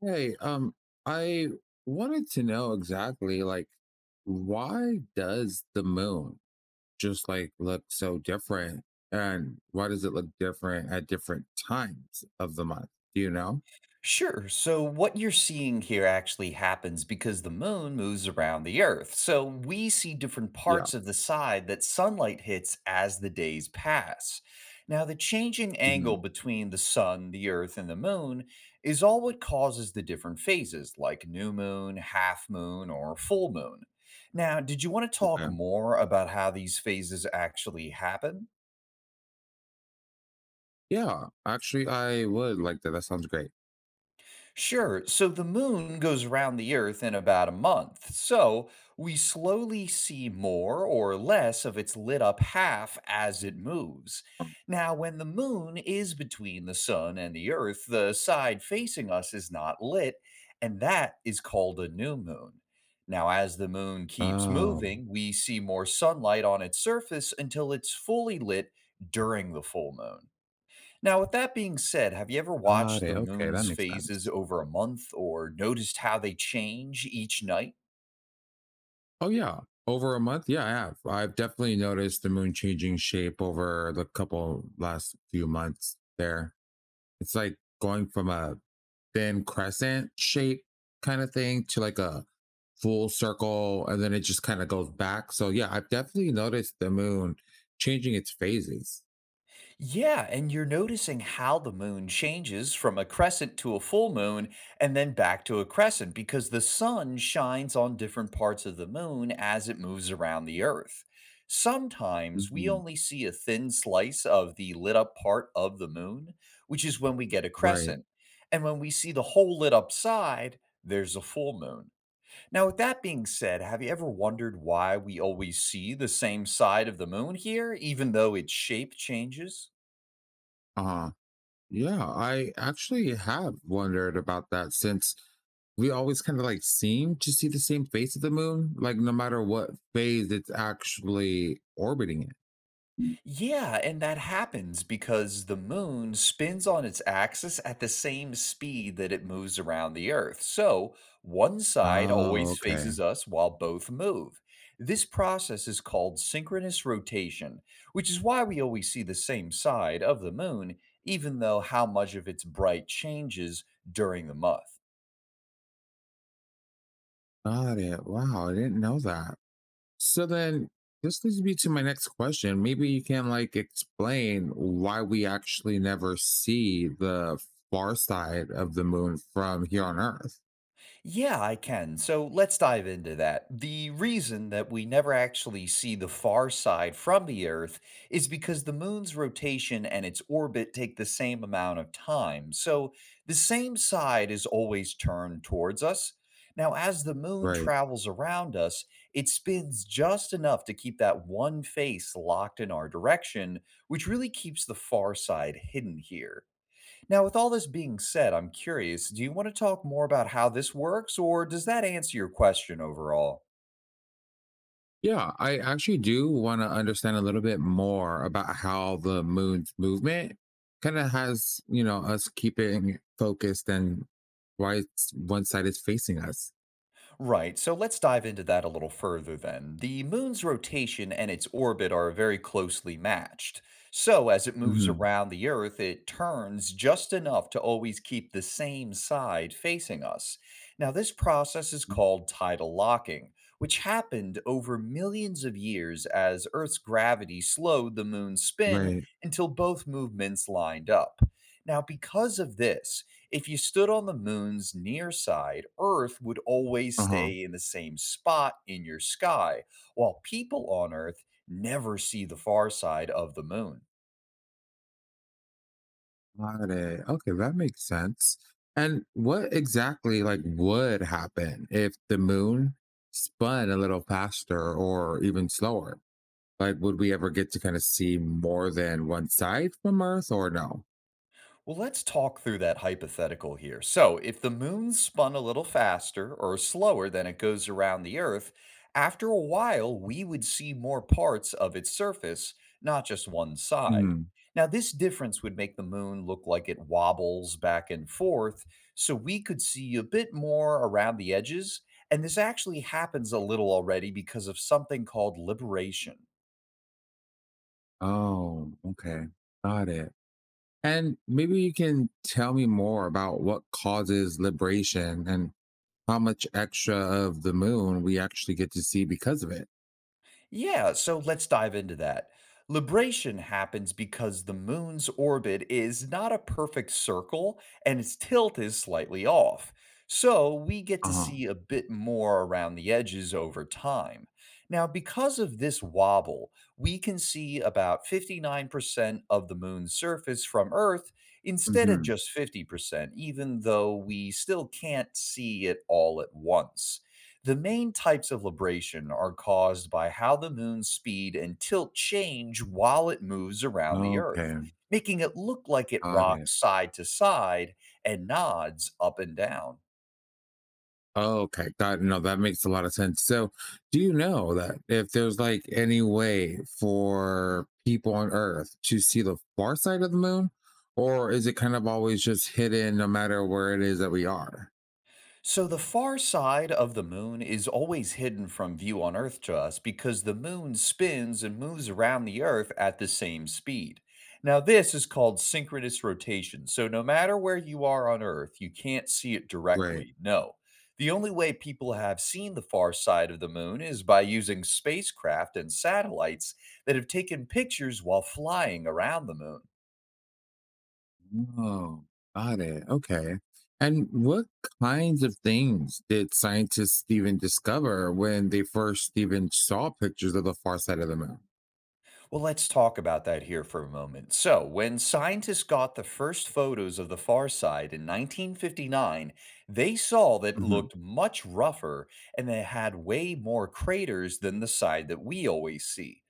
Hey, I wanted to know exactly like why does the moon just like look so different, and why does it look different at different times of the month? Do you know? Sure. So, what you're seeing here actually happens because the moon moves around the Earth. So, we see different Yeah. parts of the side that sunlight hits as the days pass. Now, the changing angle Hmm. between the sun, the Earth, and the moon is all what causes the different phases, like new moon, half moon, or full moon. Now, did you want to talk Okay. more about how these phases actually happen? Yeah, actually I would like that. That sounds great. Sure. So the moon goes around the Earth in about a month. So we slowly see more or less of its lit up half as it moves. Now, when the moon is between the sun and the Earth, the side facing us is not lit, and that is called a new moon. Now, as the moon keeps Oh, moving, we see more sunlight on its surface until it's fully lit during the full moon. Now, with that being said, have you ever got watched the it. Okay, moon's that makes phases sense. over a month or noticed how they change each night? Oh yeah. Over a month? Yeah, I have. I've definitely noticed the moon changing shape over the couple last few months there. It's like going from a thin crescent shape kind of thing to like a full circle, and then it just kind of goes back. So yeah, I've definitely noticed the moon changing its phases. Yeah, and you're noticing how the moon changes from a crescent to a full moon and then back to a crescent because the sun shines on different parts of the moon as it moves around the earth. Sometimes we Mhm. only see a thin slice of the lit up part of the moon, which is when we get a Right. crescent. And when we see the whole lit up side, there's a full moon. Now, with that being said, have you ever wondered why we always see the same side of the moon here, even though its shape changes? Uh yeah, I actually have wondered about that since we always kind of like seem to see the same face of the moon, like no matter what phase it's actually orbiting it. Yeah, and that happens because the moon spins on its axis at the same speed that it moves around the Earth. So one side Oh, always okay. faces us while both move. This process is called synchronous rotation, which is why we always see the same side of the moon, even though how much of its bright changes during the month. Got it. Wow, I didn't know that. So then this leads me to my next question. Maybe you can like explain why we actually never see the far side of the moon from here on Earth. Yeah, I can. So let's dive into that. The reason that we never actually see the far side from the Earth is because the moon's rotation and its orbit take the same amount of time. So the same side is always turned towards us. Now, as the moon Right. travels around us, it spins just enough to keep that one face locked in our direction, which really keeps the far side hidden here. Now, with all this being said, I'm curious, do you want to talk more about how this works, or does that answer your question overall? Yeah, I actually do want to understand a little bit more about how the moon's movement kind of has us keeping focused and why it's one side is facing us. Right, so let's dive into that a little further then. The moon's rotation and its orbit are very closely matched. So, as it moves Hmm. around the Earth, it turns just enough to always keep the same side facing us. Now, this process is called tidal locking, which happened over millions of years as Earth's gravity slowed the moon's spin Right. until both movements lined up. Now, because of this, if you stood on the moon's near side, Earth would always Uh huh. stay in the same spot in your sky, while people on Earth never see the far side of the moon. Got it. Okay, that makes sense. And what exactly like would happen if the moon spun a little faster or even slower? Like, would we ever get to kind of see more than one side from Earth or no? Well, let's talk through that hypothetical here. So, if the moon spun a little faster or slower than it goes around the Earth, after a while we would see more parts of its surface, not just one side. Hmm. Now, this difference would make the moon look like it wobbles back and forth, so we could see a bit more around the edges. And this actually happens a little already because of something called liberation. Oh, okay. Got it. And maybe you can tell me more about what causes libration and how much extra of the moon we actually get to see because of it. Yeah, so let's dive into that. Libration happens because the moon's orbit is not a perfect circle and its tilt is slightly off. So we get to Uh-huh. see a bit more around the edges over time. Now, because of this wobble, we can see about 59% of the moon's surface from Earth instead of Hmm. just 50%, even though we still can't see it all at once. The main types of libration are caused by how the moon's speed and tilt change while it moves around the Earth, Okay, making it look like it got it. rocks side to side and nods up and down. Oh, okay. That no, that makes a lot of sense. So, do you know that if there's like any way for people on Earth to see the far side of the moon, or is it kind of always just hidden no matter where it is that we are? So the far side of the moon is always hidden from view on Earth to us because the moon spins and moves around the Earth at the same speed. Now, this is called synchronous rotation. So, no matter where you are on Earth, you can't see it Right. directly. No. The only way people have seen the far side of the moon is by using spacecraft and satellites that have taken pictures while flying around the moon. Oh, got it. Okay. And what kinds of things did scientists even discover when they first even saw pictures of the far side of the moon? Well, let's talk about that here for a moment. So, when scientists got the first photos of the far side in 1959, they saw that it Hmm. looked much rougher and they had way more craters than the side that we always see.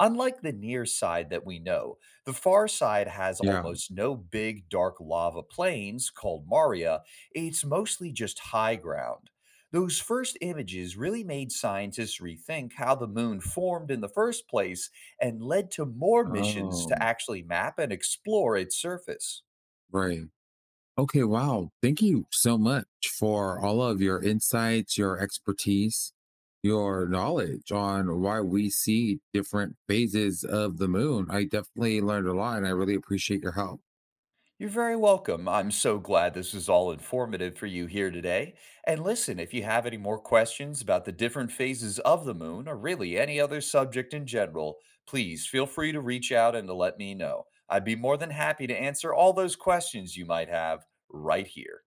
Unlike the near side that we know, the far side has Yeah. almost no big dark lava plains called maria. It's mostly just high ground. Those first images really made scientists rethink how the moon formed in the first place and led to more missions to Oh, actually map and explore its surface. right. Okay, wow. Thank you so much for all of your insights, your expertise, your knowledge on why we see different phases of the moon. I definitely learned a lot and I really appreciate your help. You're very welcome. I'm so glad this is all informative for you here today. And listen, if you have any more questions about the different phases of the moon or really any other subject in general, please feel free to reach out and to let me know. I'd be more than happy to answer all those questions you might have right here.